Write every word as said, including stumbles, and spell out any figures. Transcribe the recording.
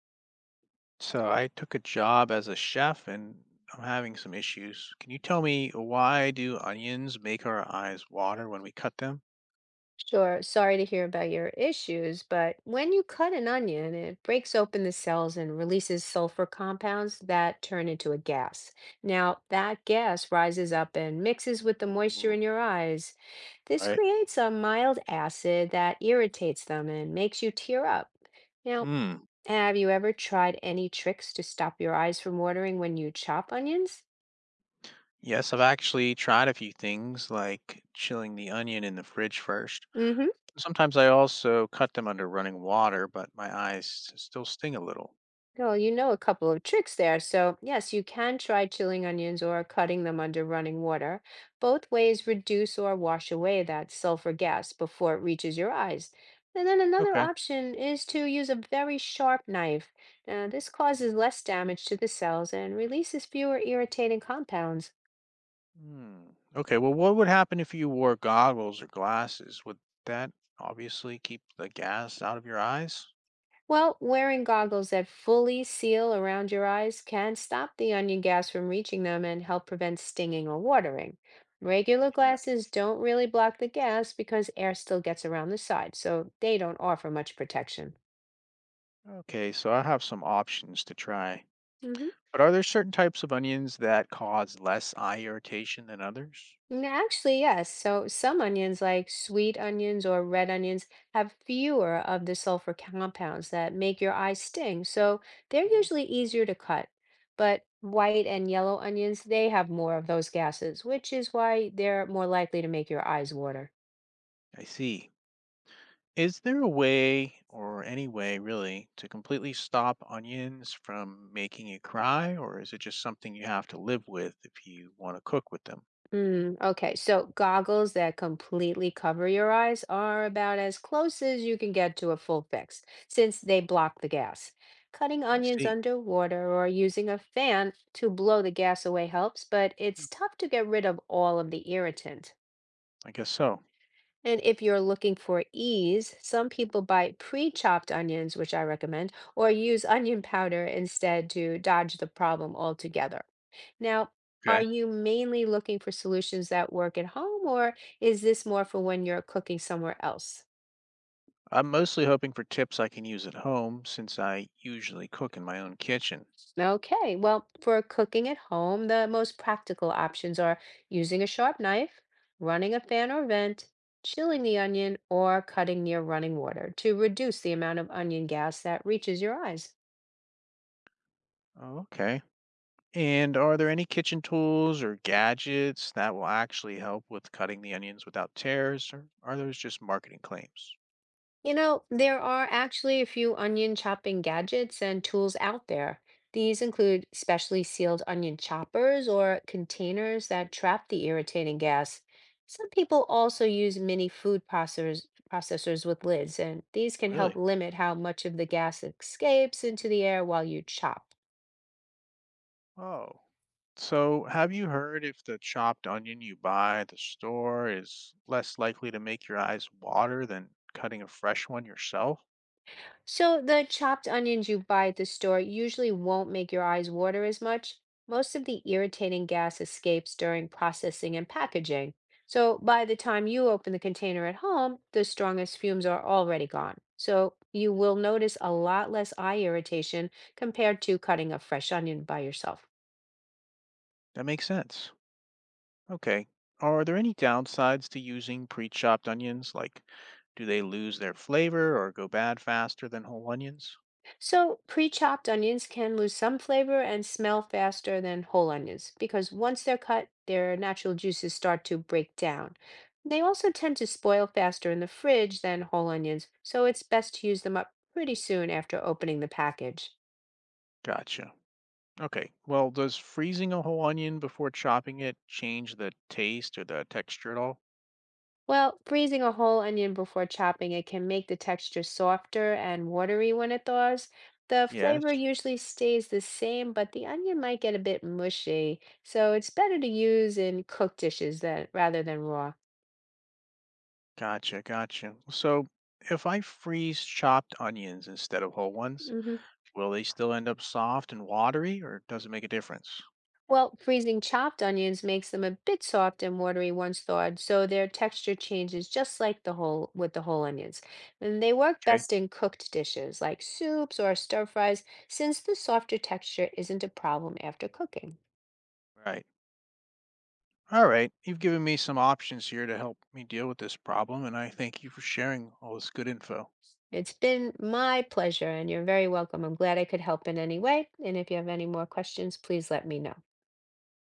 So I took a job as a chef and I'm having some issues. Can you tell me why do onions make our eyes water when we cut them? Sure. Sorry to hear about your issues, but when you cut an onion, it breaks open the cells and releases sulfur compounds that turn into a gas. Now, that gas rises up and mixes with the moisture Ooh, in your eyes. This right. creates a mild acid that irritates them and makes you tear up. Now, Mm. have you ever tried any tricks to stop your eyes from watering when you chop onions? Yes, I've actually tried a few things like chilling the onion in the fridge first. Mm hmm. Sometimes I also cut them under running water, but my eyes s- still sting a little. Well, you know a couple of tricks there. So, yes, you can try chilling onions or cutting them under running water. Both ways reduce or wash away that sulfur gas before it reaches your eyes. And then another Okay. option is to use a very sharp knife. Now, this causes less damage to the cells and releases fewer irritating compounds. Hmm. Okay, well what would happen if you wore goggles or glasses? Would that obviously keep the gas out of your eyes? Well, wearing goggles that fully seal around your eyes can stop the onion gas from reaching them and help prevent stinging or watering. Regular glasses don't really block the gas because air still gets around the side, so they don't offer much protection. Okay, so I have some options to try. But are there certain types of onions that cause less eye irritation than others? Mm, actually, yes. So some onions, like sweet onions or red onions, have fewer of the sulfur compounds that make your eyes sting. So they're Hmm. usually easier to cut. But white and yellow onions, they have more of those gases, which is why they're more likely to make your eyes water. I see. Is there a way, or any way really, to completely stop onions from making you cry, or is it just something you have to live with if you want to cook with them? Mm, okay, so goggles that completely cover your eyes are about as close as you can get to a full fix, since they block the gas. Cutting I onions see. underwater or using a fan to blow the gas away helps, but it's tough to get rid of all of the irritant. I guess so. And if you're looking for ease, some people buy pre-chopped onions, which I recommend, or use onion powder instead to dodge the problem altogether. Now, are Okay. you mainly looking for solutions that work at home, or is this more for when you're cooking somewhere else? I'm mostly hoping for tips I can use at home since I usually cook in my own kitchen. Okay, well, for cooking at home, the most practical options are using a sharp knife, running a fan or vent, chilling the onion, or cutting near running water to reduce the amount of onion gas that reaches your eyes. Oh, okay. And are there any kitchen tools or gadgets that will actually help with cutting the onions without tears, or are those just marketing claims? You know, there are actually a few onion chopping gadgets and tools out there. These include specially sealed onion choppers or containers that trap the irritating gas. Some people also use mini food processors, processors with lids, and these can help Really? limit how much of the gas escapes into the air while you chop. Oh. So, have you heard if the chopped onion you buy at the store is less likely to make your eyes water than cutting a fresh one yourself? So the chopped onions you buy at the store usually won't make your eyes water as much. Most of the irritating gas escapes during processing and packaging. So by the time you open the container at home, the strongest fumes are already gone. So you will notice a lot less eye irritation compared to cutting a fresh onion by yourself. That makes sense. Okay. Are there any downsides to using pre-chopped onions? Like, do they lose their flavor or go bad faster than whole onions? So, pre-chopped onions can lose some flavor and smell faster than whole onions because once they're cut, their natural juices start to break down. They also tend to spoil faster in the fridge than whole onions, so it's best to use them up pretty soon after opening the package. Gotcha. Okay. Well, does freezing a whole onion before chopping it change the taste or the texture at all? Well, freezing a whole onion before chopping it can make the texture softer and watery when it thaws. The flavor Yes. usually stays the same, but the onion might get a bit mushy, so it's better to use in cooked dishes than rather than raw. Gotcha. Gotcha. So if I freeze chopped onions instead of whole ones, Hmm. will they still end up soft and watery or does it make a difference? Well, freezing chopped onions makes them a bit soft and watery once thawed, so their texture changes just like the whole with the whole onions. And they work Okay. best in cooked dishes like soups or stir fries, since the softer texture isn't a problem after cooking. Right. All right. You've given me some options here to help me deal with this problem, and I thank you for sharing all this good info. It's been my pleasure, and you're very welcome. I'm glad I could help in any way. And if you have any more questions, please let me know.